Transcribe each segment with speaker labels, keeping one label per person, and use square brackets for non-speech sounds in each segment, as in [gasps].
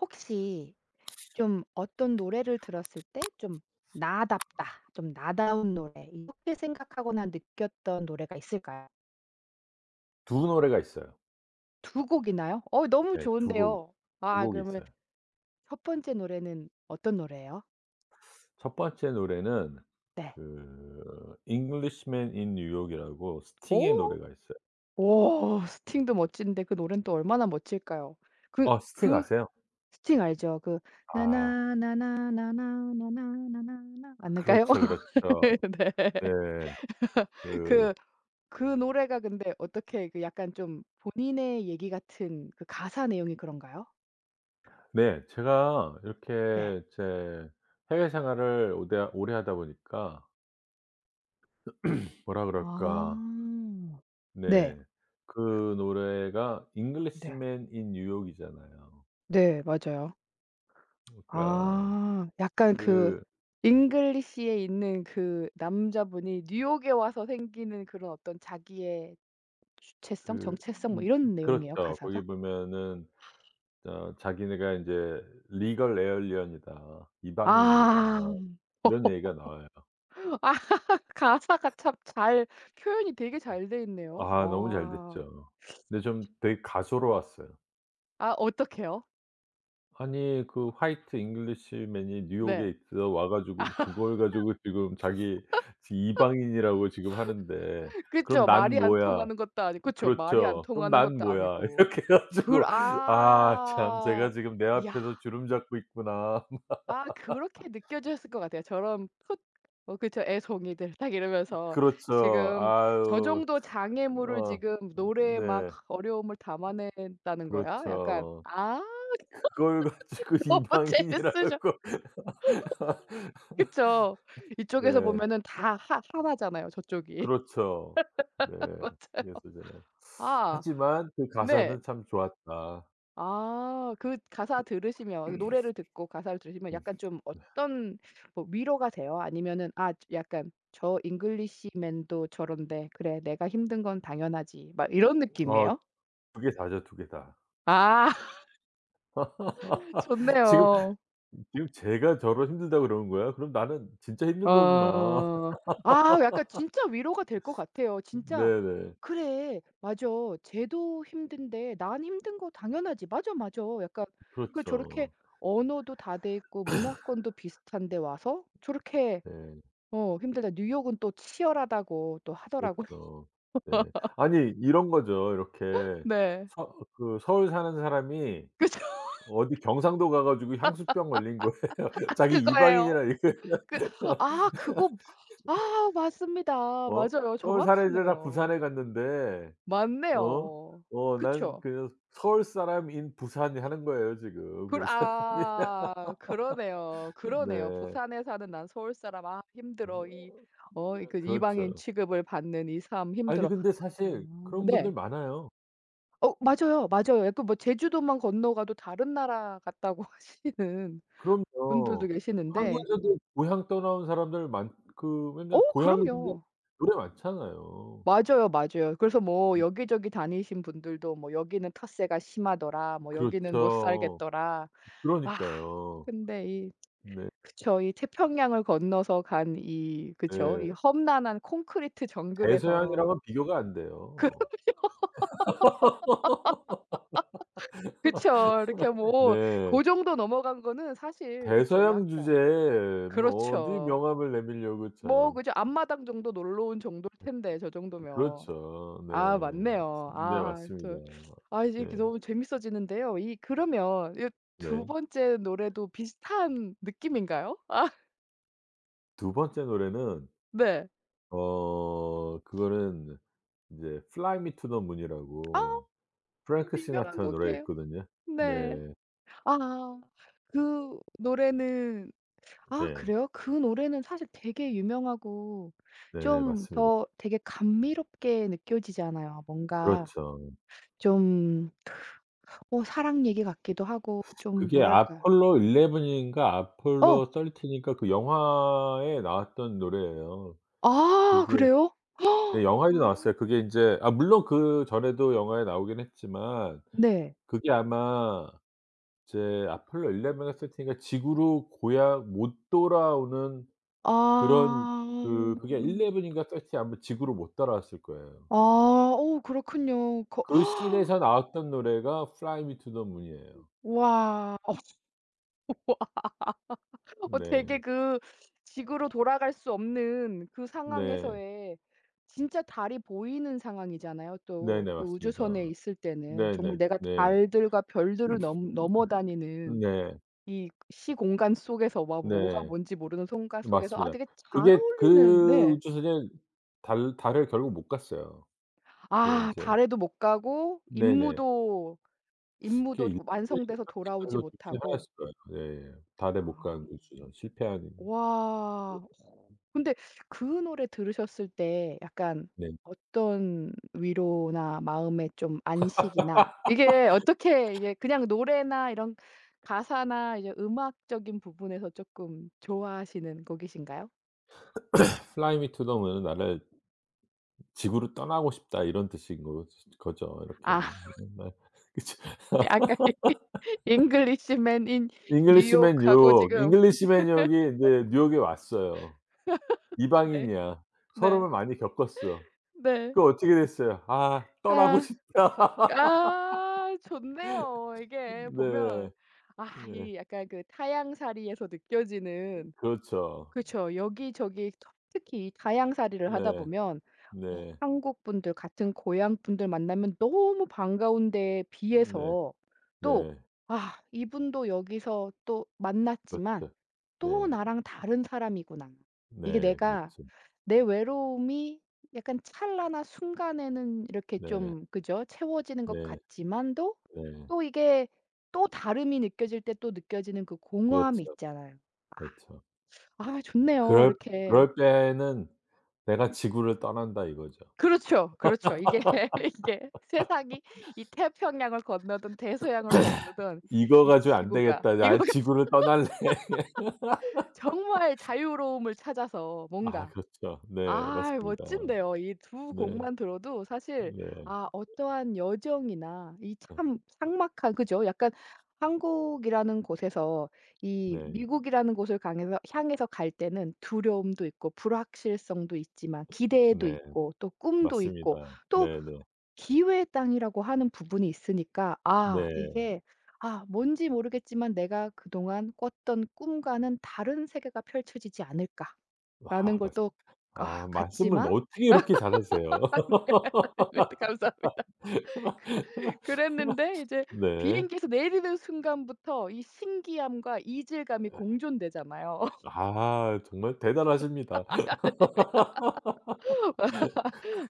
Speaker 1: 혹시 좀 어떤 노래를 들었을 때 좀 '나답다. 좀 나다운 노래.' 이렇게 생각하거나 느꼈던 노래가 있을까요?
Speaker 2: 두 노래가 있어요.
Speaker 1: 두 곡이나요? 어 너무
Speaker 2: 네, 두 곡
Speaker 1: 좋은데요.
Speaker 2: 두
Speaker 1: 아
Speaker 2: 곡이
Speaker 1: 그러면
Speaker 2: 있어요.
Speaker 1: 첫 번째 노래는 어떤 노래예요?
Speaker 2: 첫 번째 노래는
Speaker 1: 네.
Speaker 2: 그 Englishman in New York이라고 스팅의
Speaker 1: 오,
Speaker 2: 노래가 있어요.
Speaker 1: 오, 스팅도 멋진데 그 노래는 또 얼마나 멋질까요? 그
Speaker 2: 어, 스팅
Speaker 1: 그
Speaker 2: 아세요?
Speaker 1: 스팅 알죠? 그
Speaker 2: 아,
Speaker 1: 나나나나나나나나나나나 맞는가요?
Speaker 2: 그렇죠,
Speaker 1: [laughs]
Speaker 2: 그렇죠.
Speaker 1: 네.
Speaker 2: 네. 그
Speaker 1: 그 그 노래가 근데 어떻게 그 약간 좀 본인의 얘기 같은 그 가사 내용이 그런가요?
Speaker 2: 네, 제가
Speaker 1: 네.
Speaker 2: 이렇게 제 해외 생활을 오대 오래 하다 보니까 뭐라 그럴까.
Speaker 1: 아. 네.
Speaker 2: 네. 그 노래가
Speaker 1: 네.
Speaker 2: Englishman in New York이잖아요.
Speaker 1: 네 맞아요.
Speaker 2: 그러니까
Speaker 1: 아 약간 그
Speaker 2: 그
Speaker 1: 잉글리시에 있는 그 남자분이 뉴욕에 와서 생기는 그런 어떤 자기의 주체성,
Speaker 2: 그
Speaker 1: 정체성 뭐
Speaker 2: 음,
Speaker 1: 이런 내용이에요,
Speaker 2: 그렇죠.
Speaker 1: 가사가?
Speaker 2: 거기 보면은 어, 자기네가 인제 "리걸 에얼리언이다. 이방인이다."
Speaker 1: 아.
Speaker 2: 이런 얘기가 나와요.
Speaker 1: [laughs] 아 가사가 참 잘 표현이 되게 잘 돼 있네요.
Speaker 2: 아, 너무 잘
Speaker 1: 와.
Speaker 2: 됐죠. 근데 좀 되게 가소로웠어요.
Speaker 1: 아 어떡해요?
Speaker 2: 아니, 그 화이트 잉글리시맨이 뉴욕에
Speaker 1: 네.
Speaker 2: 있어 와 가지고 그걸 가지고 지금 자기 지 이방인이라고 지금 하는데 "그럼
Speaker 1: 그쵸.
Speaker 2: 난
Speaker 1: 말이 안
Speaker 2: 뭐야?"
Speaker 1: 통하는 것도 아니 그쵸. 말이 안
Speaker 2: 그렇죠. "그럼
Speaker 1: 통하는
Speaker 2: 난
Speaker 1: 것도
Speaker 2: 뭐야?" [laughs]
Speaker 1: 아니고.
Speaker 2: 이렇게 해
Speaker 1: 그
Speaker 2: 가지고 아, 참
Speaker 1: 아.
Speaker 2: 제가 지금 내
Speaker 1: 야.
Speaker 2: 앞에서 주름 잡고 있구나.
Speaker 1: 아 그렇게 느껴졌을 것 같아요. 저런 풋 어 그쵸. 애송이들 딱 이러면서
Speaker 2: 그렇죠.
Speaker 1: 지금 '저
Speaker 2: 아유.
Speaker 1: 정도 장애물을
Speaker 2: 어.
Speaker 1: 지금
Speaker 2: 음.
Speaker 1: 노래에 막
Speaker 2: 네.
Speaker 1: 어려움을 담아낸다는 거야?' 약간
Speaker 2: 그렇죠.
Speaker 1: 아
Speaker 2: 그걸 가지고 [laughs]
Speaker 1: [laughs] 너무 재밌으셔
Speaker 2: 이방인이라고.
Speaker 1: 그쵸. 이쪽에서
Speaker 2: 네.
Speaker 1: 보면은 다 하 하나잖아요 저쪽이.
Speaker 2: 그렇죠. 네.
Speaker 1: [laughs] 맞아요.
Speaker 2: 그래서 제가
Speaker 1: 아
Speaker 2: 하지만 그
Speaker 1: 네.
Speaker 2: 가사는 참 좋았다.
Speaker 1: 아 그 가사 들으시면 그 노래를 듣고 가사를 들으시면
Speaker 2: 음.
Speaker 1: 약간 좀 어떤 뭐 위로가 돼요? 아니면은 아 약간 '저 잉글리시맨도 저런데 그래 내가 힘든 건 당연하지.' 막 이런
Speaker 2: 어,
Speaker 1: 느낌이에요?
Speaker 2: 두 개 다죠, 두 개 다.
Speaker 1: 아 [laughs]
Speaker 2: [laughs] 지금
Speaker 1: 좋네요.
Speaker 2: 제가 저를 힘들다고 그러는 거야? 그럼 나는 진짜 힘든
Speaker 1: 어.
Speaker 2: 거구나. [laughs]
Speaker 1: 아 약간 진짜 위로가 될 것 같아요. 진짜
Speaker 2: 네네.
Speaker 1: '그래. 맞아. 쟤도 힘든데 난 힘든 거 당연하지. 맞아, 맞아.' 약간 그 저렇게
Speaker 2: 그렇죠.
Speaker 1: 언어도 다 돼 있고 문화권도 비슷한데 와서 저렇게
Speaker 2: 네.
Speaker 1: 어 힘들다. 뉴욕은 또 치열하다고 또 하더라고요. [laughs]
Speaker 2: 그렇죠. 네. 아니, 이런 거죠. 이렇게
Speaker 1: 네.
Speaker 2: 서 그 서울 사는 사람이
Speaker 1: 그죠.
Speaker 2: 어디 경상도 가 가지고 향수병 걸린 거예요. [laughs] 자기
Speaker 1: 그거예요.
Speaker 2: 이방인이라 이게
Speaker 1: 그 아
Speaker 2: [laughs]
Speaker 1: 그거 아 맞습니다.
Speaker 2: 어,
Speaker 1: 맞아요.
Speaker 2: 서울 사는 애들 다
Speaker 1: 정확하네요.
Speaker 2: 부산에 갔는데 어
Speaker 1: 맞네요.
Speaker 2: 어 "난
Speaker 1: 그쵸.
Speaker 2: 그냥 서울 사람인 부산이." 하는 거예요, 지금
Speaker 1: 그
Speaker 2: 그 사람이. [laughs]
Speaker 1: 아 그러네요. 그러네요.
Speaker 2: 네.
Speaker 1: "부산에 사는 난 서울 사람 아 힘들어. 이 어 그 이방인
Speaker 2: 그렇죠.
Speaker 1: 취급을 받는 이 삶
Speaker 2: 아니
Speaker 1: 힘들어."
Speaker 2: 근데
Speaker 1: 아
Speaker 2: 사실 그런 분들
Speaker 1: 네.
Speaker 2: 많아요.
Speaker 1: 어 맞아요, 맞아요. 약간 뭐 제주도만 건너가도 다른 나라 같다고 [laughs] 하시는 분들도
Speaker 2: 그럼요.
Speaker 1: 계시는데
Speaker 2: 한국에서도 고향 떠나온 사람들 많 그
Speaker 1: 어
Speaker 2: 맨날 고향 생각
Speaker 1: 그럼요.
Speaker 2: 노래 많잖아요.
Speaker 1: 맞아요, 맞아요. 그래서 뭐 여기저기 다니신 분들도 뭐 "여기는 텃세가 심하더라." 뭐 "여기는 못
Speaker 2: 그렇죠.
Speaker 1: 살겠더라." 아
Speaker 2: 그러니까요.
Speaker 1: 근데 이
Speaker 2: 네.
Speaker 1: 그쵸. 이 태평양을 건너서 간 이 그쵸. 이
Speaker 2: 네.
Speaker 1: 험난한 콘크리트 정글에서
Speaker 2: 대서양이랑은 비교가 안 돼요.
Speaker 1: [laughs] 그쵸 이렇게 뭐
Speaker 2: 네.
Speaker 1: 그 정도 넘어간 거는 사실 그쵸.
Speaker 2: 대서양
Speaker 1: 약간
Speaker 2: 주제에 뭐 어디
Speaker 1: 그렇죠.
Speaker 2: 명함을 내밀려고
Speaker 1: 뭐
Speaker 2: 참.
Speaker 1: 그죠. 앞마당 정도 놀러 온 정도일 텐데 저 정도면.
Speaker 2: 그렇죠. 네.
Speaker 1: 아 맞네요.
Speaker 2: 네,
Speaker 1: 아
Speaker 2: 맞습니다.
Speaker 1: 저 아 이제
Speaker 2: 네.
Speaker 1: 이렇게 너무 재밌어지는데요. 이 그러면 이 두
Speaker 2: 네.
Speaker 1: 번째 노래도 비슷한 느낌인가요? 아 [laughs]
Speaker 2: 두 번째 노래는
Speaker 1: 네.
Speaker 2: 어, 그거는 이제 Fly Me to the
Speaker 1: 아
Speaker 2: Moon이라고
Speaker 1: 너무
Speaker 2: 프랭크
Speaker 1: 유명한
Speaker 2: 시나트라 노래
Speaker 1: 곡이에요.
Speaker 2: 있거든요.
Speaker 1: 네.
Speaker 2: 네.
Speaker 1: 아 그 노래는 아
Speaker 2: 네.
Speaker 1: 그래요? 그 노래는 사실 되게 유명하고
Speaker 2: 네,
Speaker 1: 좀
Speaker 2: 맞습니다.
Speaker 1: 더 되게 감미롭게 느껴지잖아요. 뭔가
Speaker 2: 그렇죠.
Speaker 1: 좀 어 사랑 얘기 같기도 하고 좀
Speaker 2: 그게
Speaker 1: 뭐랄까
Speaker 2: 아폴로 11 인가
Speaker 1: 어.
Speaker 2: 아폴로 13 인가 그 영화에 나왔던 노래예요.
Speaker 1: 아
Speaker 2: 그게
Speaker 1: 그래요?
Speaker 2: 네, 영화에도
Speaker 1: 아
Speaker 2: 나왔어요. 그게 인제 아, 물론 그전에도 영화에 나오긴 했지만,
Speaker 1: 네.
Speaker 2: 그게 아마 이제 아폴로 11 인가 13 인가 지구로 고향 못 돌아오는 그런
Speaker 1: 아.
Speaker 2: 그 그게 11 인가 13 이 아마 지구로 못 따라왔을 거예요.
Speaker 1: 아 오 그렇군요. 거
Speaker 2: 그
Speaker 1: [gasps]
Speaker 2: 씬에서 나왔던 노래가 Fly Me to the Moon이에요.
Speaker 1: 와 어
Speaker 2: 네.
Speaker 1: 되게 그 지구로 돌아갈 수 없는 그
Speaker 2: 네.
Speaker 1: 상황에서의 진짜 달이 보이는 상황이잖아요 또
Speaker 2: 네네.
Speaker 1: 그 우주선에
Speaker 2: 맞습니다.
Speaker 1: 있을 때는. 정말
Speaker 2: 네네.
Speaker 1: 내가
Speaker 2: 네.
Speaker 1: 달들과 별들을 넘
Speaker 2: 네.
Speaker 1: 넘어 다니는
Speaker 2: 네.
Speaker 1: 이 시공간 속에서 막 뭐가
Speaker 2: 네.
Speaker 1: 뭔지 모르는 손가 속에서 아
Speaker 2: 맞습니다.
Speaker 1: 되게 잘
Speaker 2: 그게
Speaker 1: 어울리는
Speaker 2: 그
Speaker 1: 네.
Speaker 2: 우주선에 달 달을 결국 못 갔어요. 그게
Speaker 1: 아
Speaker 2: 인제
Speaker 1: 달에도 못 가고
Speaker 2: 네네.
Speaker 1: 임무도
Speaker 2: 그게
Speaker 1: 임무도
Speaker 2: 일본인가
Speaker 1: 완성돼서
Speaker 2: 깜찍한
Speaker 1: 돌아오지
Speaker 2: 둘 중에
Speaker 1: 못하고.
Speaker 2: 하나였을 거예요. 네, 네. 달에 못
Speaker 1: 아.
Speaker 2: 간 우주선 실패한.
Speaker 1: 와. 어. 근데 그 노래 들으셨을 때 약간
Speaker 2: 네.
Speaker 1: 어떤 위로나 마음의 좀 안식이나 이게 어떻게 이게 그냥 노래나 이런 가사나 이제 음악적인 부분에서 쪼끔 좋아하시는 곡이신가요?
Speaker 2: Fly Me to the Moon은 나를 지구로 떠나고 싶다 이런 뜻인 거 거죠. 이렇게.
Speaker 1: 아 [laughs]
Speaker 2: 네. [laughs] 그쵸.
Speaker 1: 약간 이 잉글리시맨 인
Speaker 2: 잉글리시맨
Speaker 1: 뉴욕하고
Speaker 2: 뉴욕.
Speaker 1: 지금
Speaker 2: 잉글리시맨 뉴욕이 인제 뉴욕에 왔어요.
Speaker 1: [laughs] 네.
Speaker 2: 이방인이야.
Speaker 1: 네.
Speaker 2: 서름을 많이 겪었어.
Speaker 1: 네.
Speaker 2: 그 어떻게 됐어요? "아, 떠나고
Speaker 1: 아.
Speaker 2: 싶다." [laughs]
Speaker 1: 아 좋네요. 이게
Speaker 2: 네.
Speaker 1: 보면 아
Speaker 2: 네.
Speaker 1: 이 약간 그 타향살이에서 느껴지는
Speaker 2: 그렇죠.
Speaker 1: 그쵸. 여기저기 터 특히 이 타향살이를 하다
Speaker 2: 네.
Speaker 1: 보면 어
Speaker 2: 네.
Speaker 1: 한국 분들 같은 고향 분들 만나면 너무 반가운 데에
Speaker 2: 네.
Speaker 1: 비해서 또
Speaker 2: 네.
Speaker 1: '아 이분도 여기서 또 만났지만
Speaker 2: 그렇죠.
Speaker 1: 또
Speaker 2: 네.
Speaker 1: 나랑 다른 사람이구나. 이게
Speaker 2: 네.
Speaker 1: 내가
Speaker 2: 그렇죠.
Speaker 1: 내 외로움이 약간 찰나나 순간에는 이렇게
Speaker 2: 네.
Speaker 1: 좀 그죠? 채워지는 것
Speaker 2: 네.
Speaker 1: 같지만도
Speaker 2: 네.
Speaker 1: 또 이게 또 다름이 느껴질 때 또 느껴지는 그 공허함이
Speaker 2: 그렇죠,
Speaker 1: 있잖아요.
Speaker 2: 그렇죠.
Speaker 1: 아 좋네요.
Speaker 2: 그럴
Speaker 1: 이렇게
Speaker 2: 때에는 '내가 지구를 떠난다.' 이거죠.
Speaker 1: 그렇죠, 그렇죠. 이게 [laughs] 이게 세상이 이 태평양을 건너든 대서양을 건너든
Speaker 2: '이거
Speaker 1: 이
Speaker 2: 가지고 안
Speaker 1: 지구가
Speaker 2: 되겠다.
Speaker 1: 이거
Speaker 2: 나 지구를
Speaker 1: [laughs]
Speaker 2: 떠날래.' [laughs]
Speaker 1: 정말 자유로움을 찾아서
Speaker 2: 아,
Speaker 1: 뭔가
Speaker 2: 그렇죠. 네.
Speaker 1: 아
Speaker 2: 맞습니다.
Speaker 1: 멋진데요. 이 두
Speaker 2: 네.
Speaker 1: 곡만 들어도 사실
Speaker 2: 네.
Speaker 1: 아 어떠한 여정이나 이
Speaker 2: 아.
Speaker 1: 참 삭막한 그죠? 약간 한국이라는 곳에서 이
Speaker 2: 네.
Speaker 1: 미국이라는 곳을 강해서 향해서 갈 때는 두려움도 있고 불확실성도 있지만 기대도
Speaker 2: 네.
Speaker 1: 있고 또 꿈도 있고
Speaker 2: 맞습니다.
Speaker 1: 또
Speaker 2: 네네.
Speaker 1: 기회의 땅이라고 하는 부분이 있으니까 아
Speaker 2: 네.
Speaker 1: 이게 아 뭔지 모르겠지만 '내가 그동안 꿨던 꿈과는 다른 세계가 펼쳐지지 않을까.'
Speaker 2: 아,
Speaker 1: 라는 걸
Speaker 2: 맞습
Speaker 1: 또
Speaker 2: 아,
Speaker 1: 아
Speaker 2: 말씀을
Speaker 1: 갔지만
Speaker 2: 어떻게 이렇게 잘하세요? [laughs]
Speaker 1: [laughs] 감사합니다. [laughs] 그랬는데 이제
Speaker 2: 네.
Speaker 1: 비행기에서 내리는 순간부터 이 신기함과 이질감이 공존되잖아요.
Speaker 2: 아, 정말 대단하십니다.
Speaker 1: [laughs]
Speaker 2: [laughs]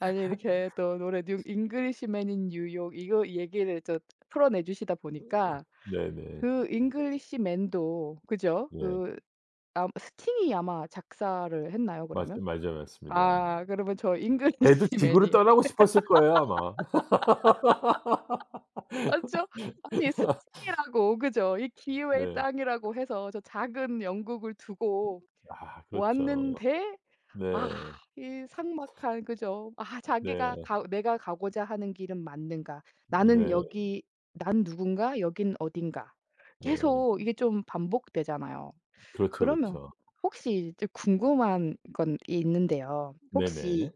Speaker 1: 아니 이렇게 또 노래 뉴 잉글리시맨 인 뉴욕 이거 얘기를 저 풀어내 주시다 보니까
Speaker 2: 네네.
Speaker 1: 그 잉글리시맨도 그죠?
Speaker 2: 네.
Speaker 1: 그 아 스팅이 아마 작사를 했나요
Speaker 2: 맞
Speaker 1: 그러면?
Speaker 2: 맞아 맞습니다.
Speaker 1: 아 그러면 저
Speaker 2: 걔도 지구를
Speaker 1: 잉글리시맨이 [laughs]
Speaker 2: 떠나고 싶었을 거예요 아마.
Speaker 1: 맞죠?
Speaker 2: [laughs]
Speaker 1: 아니 스승이라고 그죠? 이 기회의
Speaker 2: 네.
Speaker 1: 땅이라고 해서 저 작은 영국을 두고
Speaker 2: 아, 그렇죠.
Speaker 1: 왔는데 아
Speaker 2: 네.
Speaker 1: 이 삭막한 그죠? 아
Speaker 2: 네.
Speaker 1: 자기가 가 '내가 가고자 하는 길은 맞는가? 나는
Speaker 2: 네.
Speaker 1: 여기 난 누군가? 여긴 어딘가?'
Speaker 2: 네.
Speaker 1: 계속 이게 좀 반복되잖아요. 음.
Speaker 2: 그렇죠,
Speaker 1: 그러면
Speaker 2: 그렇죠.
Speaker 1: 혹시 좀 궁금한 건 있는데요.
Speaker 2: 네네.
Speaker 1: 혹시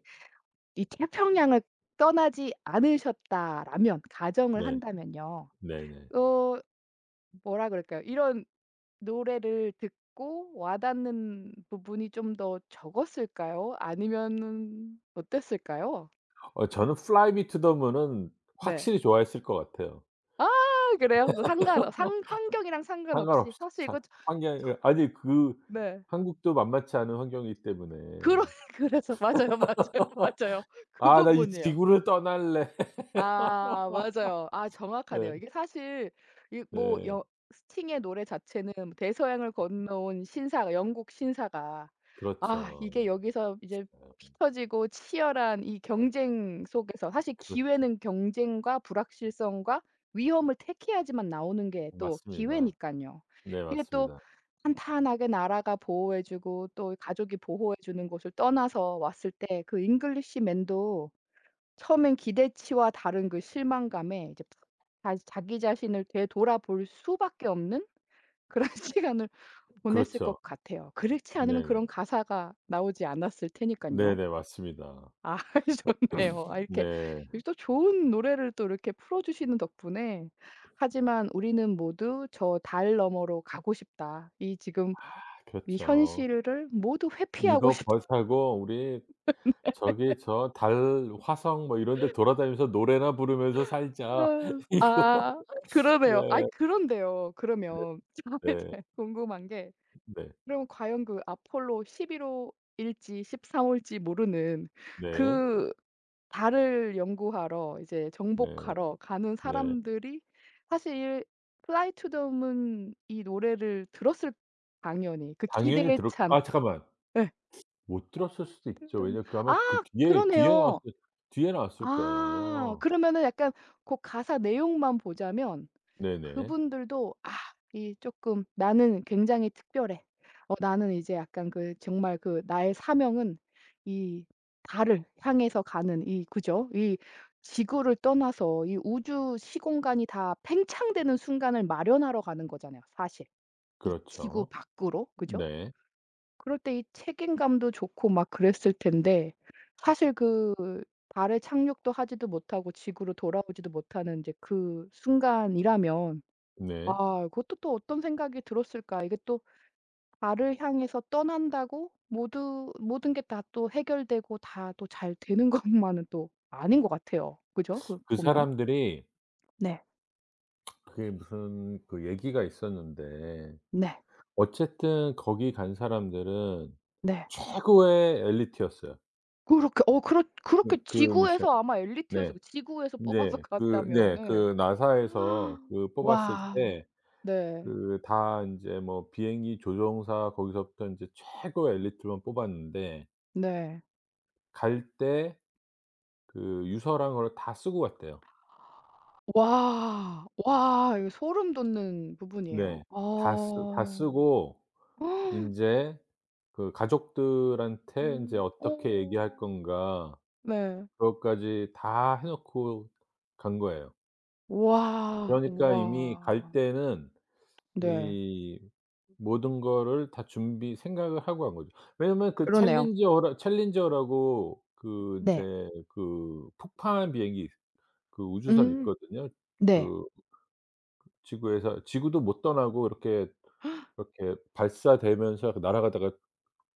Speaker 1: 이 태평양을 떠나지 않으셨다라면 가정을
Speaker 2: 네,
Speaker 1: 한다면요.
Speaker 2: 네네.
Speaker 1: 어 뭐라 그럴까요? 이런 노래를 듣고 와닿는 부분이 좀 더 적었을까요? 아니면은 어땠을까요?
Speaker 2: 어, 저는 Fly Me to the Moon은
Speaker 1: 네.
Speaker 2: 확실히 좋아했을 것 같아요.
Speaker 1: 아 그래요? 상관 상 환경이랑 상관없이
Speaker 2: 상관없이
Speaker 1: 사실
Speaker 2: 사
Speaker 1: 이거 저 저
Speaker 2: 환경이 아니 그
Speaker 1: 네.
Speaker 2: 한국도 만만치 않은 환경이기 때문에
Speaker 1: 그러 [laughs] 그래서 맞아요, 맞아요, 맞아요. 그
Speaker 2: '아, 나 이
Speaker 1: 부분이에요.
Speaker 2: 지구를 떠날래.' [laughs]
Speaker 1: 아 맞아요. 아
Speaker 2: 네.
Speaker 1: 정확하네요. 이게 사실 이 뭐
Speaker 2: 네.
Speaker 1: 여 스팅의 노래 자체는 뭐 대서양을 건너온 신사가 영국 신사가 아 이게
Speaker 2: 그렇죠.
Speaker 1: 여기서 이제
Speaker 2: 아,
Speaker 1: 피 터지고 치열한 이 경쟁 속에서 사실
Speaker 2: 그렇죠.
Speaker 1: 기회는 경쟁과 불확실성과 위험을 택해야지만 나오는 게 또 기회니
Speaker 2: 맞습니다.
Speaker 1: 까요
Speaker 2: 네,
Speaker 1: 이게 또
Speaker 2: 맞습니다.
Speaker 1: 탄탄하게 나라가 보호해 주고 또 가족이 보호해 주는 곳을 떠나서 왔을 때 그 잉글리시맨도 처음엔 기대치와 다른 그 실망감에 이제 푹 다시 자기 자신을 되돌아볼 수밖에 없는 그런 [laughs] 시간을 보냈을
Speaker 2: 그렇죠.
Speaker 1: 것 같아요. 그렇지 않으면
Speaker 2: 네네.
Speaker 1: 그런 가사가 나오지 않았을 테니까요
Speaker 2: 네네 맞습니다.
Speaker 1: 아 [laughs] 좋네요. 아 이렇게
Speaker 2: 네.
Speaker 1: 이렇게 또 좋은 노래를 또 이렇게 풀어 주시는 덕분에 하지만 우리는 모두 저 달 너머로 가고 싶다. 이 지금 이
Speaker 2: 그렇죠.
Speaker 1: 현실을 모두 회피하고 [laughs]
Speaker 2: '이거 벗
Speaker 1: 싶다.
Speaker 2: 하고 우리 저기 저 달 화성 뭐 이런 데 돌아다니면서 노래나 부르면서 살자. [laughs]
Speaker 1: 아
Speaker 2: 이거.
Speaker 1: 아
Speaker 2: 네.
Speaker 1: 그러네요. 아이 그런데요. 그러면 [laughs] 정말
Speaker 2: 네.
Speaker 1: 제 궁금한 게
Speaker 2: 네.
Speaker 1: 그럼 과연 그 아폴로 11 호일지 13 호일지 모르는
Speaker 2: 네.
Speaker 1: 그 달을 연구하러 이제
Speaker 2: 네.
Speaker 1: 정복하러 가는
Speaker 2: 네.
Speaker 1: 사람들이 사실 Fly to the Moon 이 노래를 들었을 당연히 그
Speaker 2: 당연히
Speaker 1: 기대에
Speaker 2: 들었
Speaker 1: 찬
Speaker 2: 아, 잠깐만.
Speaker 1: 예.
Speaker 2: 못 들었을
Speaker 1: Fly
Speaker 2: 수도
Speaker 1: to
Speaker 2: 있죠.
Speaker 1: the moon.
Speaker 2: 왜냐면 그
Speaker 1: 아
Speaker 2: 아마 그 뒤에
Speaker 1: 그러네요.
Speaker 2: 나왔을 뒤에 나왔을
Speaker 1: 아
Speaker 2: 거예요.
Speaker 1: 그러면은 약간 고 가사 내용만 보자면
Speaker 2: 네네.
Speaker 1: 그분들도 '아 이 조금 나는 굉장히 특별해. 어 나는 이제 약간 그 정말 그 나의 사명은 이 달을 향해서 가는 이' 그죠? '이 지구를 떠나서 이 우주 시공간이 다 팽창되는 순간을 마련하러 가는 거잖아요, 사실. 이 지구
Speaker 2: 그렇죠.
Speaker 1: 밖으로.' 그죠?
Speaker 2: 네.
Speaker 1: 그럴 때 이 책임감도 좋고 막 그랬을 텐데 사실 그 달에 착륙도 하지도 못하고 지구로 돌아오지도 못하는 이제 그 순간이라면
Speaker 2: 네.
Speaker 1: 아 그것도 또 어떤 생각이 들었을까. 이게 또 나를 향해서 떠난다고 모두 모든 게 다 또 해결되고 다 또 잘 되는 [laughs] 것만은 또 아닌 것 같아요. 그죠? 그
Speaker 2: 그
Speaker 1: 보면.
Speaker 2: 사람들이
Speaker 1: 네.
Speaker 2: 그게 무슨 그 얘기가 있었는데
Speaker 1: 네.
Speaker 2: 어쨌든 거기 간 사람들은
Speaker 1: 네.
Speaker 2: 최고의 엘리트였어요.
Speaker 1: 그렇게 어 그렇 그렇게
Speaker 2: 미션
Speaker 1: 지구에서 아마 엘리트였을
Speaker 2: 네.
Speaker 1: 거 지구에서 뽑아서
Speaker 2: 네. 그
Speaker 1: 갔다면
Speaker 2: 네.
Speaker 1: 네.
Speaker 2: 그 나사에서
Speaker 1: [gasps]
Speaker 2: 그 뽑았을
Speaker 1: 와.
Speaker 2: 때
Speaker 1: 네.
Speaker 2: 그 다 인제 뭐 비행기 조종사 거기서부터 인제 최고의 엘리트만 뽑았는데
Speaker 1: 네.
Speaker 2: 갈 때 그 유서랑 그걸 다 쓰고 갔대요.
Speaker 1: 와. 와 이거 소름 돋는 부분이에요.
Speaker 2: 네. 다
Speaker 1: 아.
Speaker 2: 쓰고
Speaker 1: [gasps]
Speaker 2: 인제 그 가족들한테 인제 어떻게 얘기할
Speaker 1: 어.
Speaker 2: 건가
Speaker 1: 네.
Speaker 2: 그것까지 다 해 놓고 간 거예요.
Speaker 1: 와.
Speaker 2: 그러니까 이미 갈
Speaker 1: 와
Speaker 2: 때는
Speaker 1: 네.
Speaker 2: 이 모든 거를 다 준비 생각을 하고 한 거죠. 왜냐면 그
Speaker 1: 그러네요.
Speaker 2: 챌린저라고 그 인제
Speaker 1: 네.
Speaker 2: 그 폭파한 비행기 그 우주선
Speaker 1: 음.
Speaker 2: 있거든요.
Speaker 1: 네.
Speaker 2: 그 지구에서 지구도 못 떠나고 이렇게 발사되면서 그 날아가다가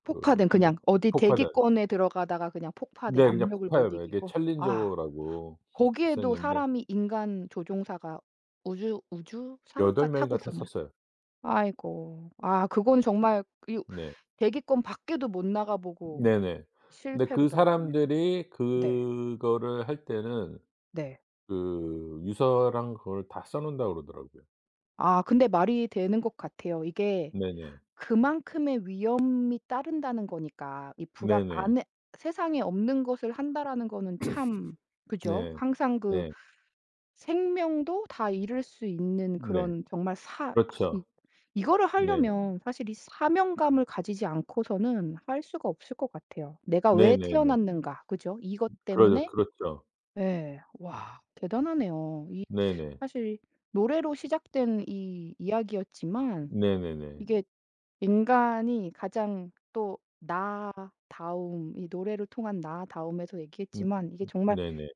Speaker 2: 그
Speaker 1: 폭파된
Speaker 2: 하는
Speaker 1: 그냥 어디
Speaker 2: 폭파된
Speaker 1: 대기권에 들어가다가 그냥 폭파된
Speaker 2: 네, 그냥
Speaker 1: 압력을 못
Speaker 2: 폭파예요. 이게
Speaker 1: 이기고. 아.
Speaker 2: 챌린저라고
Speaker 1: 거기에도
Speaker 2: 있었는데
Speaker 1: 사람이 인간 조종사가 우주사가
Speaker 2: 여덟
Speaker 1: 타고
Speaker 2: 명인가
Speaker 1: 있었나요?
Speaker 2: 탔었어요.
Speaker 1: 아이고. 아 그건 정말 이
Speaker 2: 네.
Speaker 1: 대기권 밖에도 못 나가 보고
Speaker 2: 네네. 근데
Speaker 1: 실패로
Speaker 2: 그
Speaker 1: 돌아갔네요.
Speaker 2: 사람들이
Speaker 1: 네.
Speaker 2: 그거를 할 때는
Speaker 1: 네.
Speaker 2: 그 유서랑 그걸 다 싸 놓는다고 그러더라고요.
Speaker 1: 아 근데 말이 되는 것 같아요. 이게
Speaker 2: 네네.
Speaker 1: 그만큼의 위험이 따른다는 거니까 이 불악
Speaker 2: 네네.
Speaker 1: 안에 세상에 없는 것을 한다라는 거는 참 그죠?
Speaker 2: 네.
Speaker 1: 항상 그
Speaker 2: 네.
Speaker 1: 생명도 다 잃을 수 있는
Speaker 2: 네.
Speaker 1: 그런 정말 사 아 이
Speaker 2: 그렇죠.
Speaker 1: 이거를
Speaker 2: 네.
Speaker 1: 하려면 사실 이 사명감을 가지지 않고서는 할 수가 없을 것 같아요. '내가 왜
Speaker 2: 네네네.
Speaker 1: 태어났는가.' 그죠? 이것
Speaker 2: 그러죠.
Speaker 1: 때문에
Speaker 2: 그렇죠.
Speaker 1: 예. 와 대단하네요. 이
Speaker 2: 네네.
Speaker 1: 사실 노래로 시작된 이 이야기였지만
Speaker 2: 네네네.
Speaker 1: 이게 인간이 가장 또 나다움 이 노래를 통한 나다움에서
Speaker 2: 음.
Speaker 1: 얘기했지만 이게 정말
Speaker 2: 네네.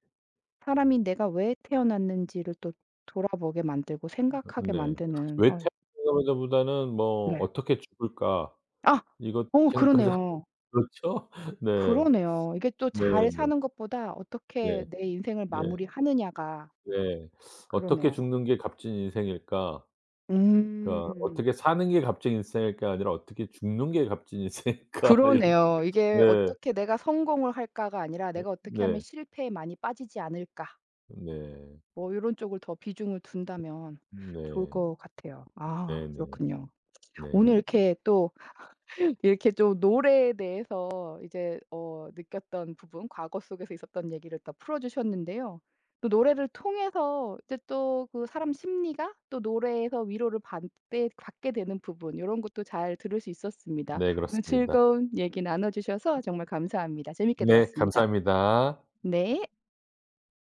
Speaker 1: 사람이 내가 왜 태어났는지를 또 돌아보게 만들고 생각하게
Speaker 2: 네.
Speaker 1: 만드는
Speaker 2: 왜
Speaker 1: 어
Speaker 2: 생각하기보다는 뭐
Speaker 1: 네.
Speaker 2: '어떻게 죽을까?'
Speaker 1: 아
Speaker 2: 이것
Speaker 1: 어
Speaker 2: 생각하지 않 [laughs]
Speaker 1: 그러네요.
Speaker 2: 그렇죠? 네.
Speaker 1: 그러네요. 이게 또
Speaker 2: 네네.
Speaker 1: 잘
Speaker 2: 네.
Speaker 1: 사는 것보다 어떻게
Speaker 2: 네.
Speaker 1: 내 인생을 마무리하느냐가
Speaker 2: 네. '어떻게
Speaker 1: 그러네요.
Speaker 2: 죽는 게 값진 인생일까?' 그러니까
Speaker 1: 음.
Speaker 2: 어떻게 사는 게 값진 인생일까 아니라 어떻게 죽는 게 값진 인생일까 [laughs] 이런
Speaker 1: 그러네요. 이게
Speaker 2: 네.
Speaker 1: '어떻게 내가 성공을 할까.'가 아니라
Speaker 2: 어,
Speaker 1: '내가 어떻게 하면
Speaker 2: 네.
Speaker 1: 실패에 많이 빠지지 않을까.'
Speaker 2: 네.
Speaker 1: 뭐 이런 쪽을 더 비중을 둔다면 좋을
Speaker 2: 네.
Speaker 1: 것 같아요. 아
Speaker 2: 네네.
Speaker 1: 그렇군요. 오늘
Speaker 2: 네.
Speaker 1: 이렇게 또 이렇게 좀 노래에 대해서 이제 어 느꼈던 부분, 과거 속에서 있었던 얘기를 또 풀어 주셨는데요. 또 노래를 통해서 이제 또 그 사람 심리가 또 노래에서 위로를 받게 되는 부분 이런 것도 잘 들을 수 있었습니다.
Speaker 2: 네,
Speaker 1: 오늘
Speaker 2: 그렇습니다.
Speaker 1: 즐거운 얘기 나눠 주셔서 정말 감사합니다. 재밌게
Speaker 2: 네,
Speaker 1: 들었습니다.
Speaker 2: 감사합니다.
Speaker 1: 네.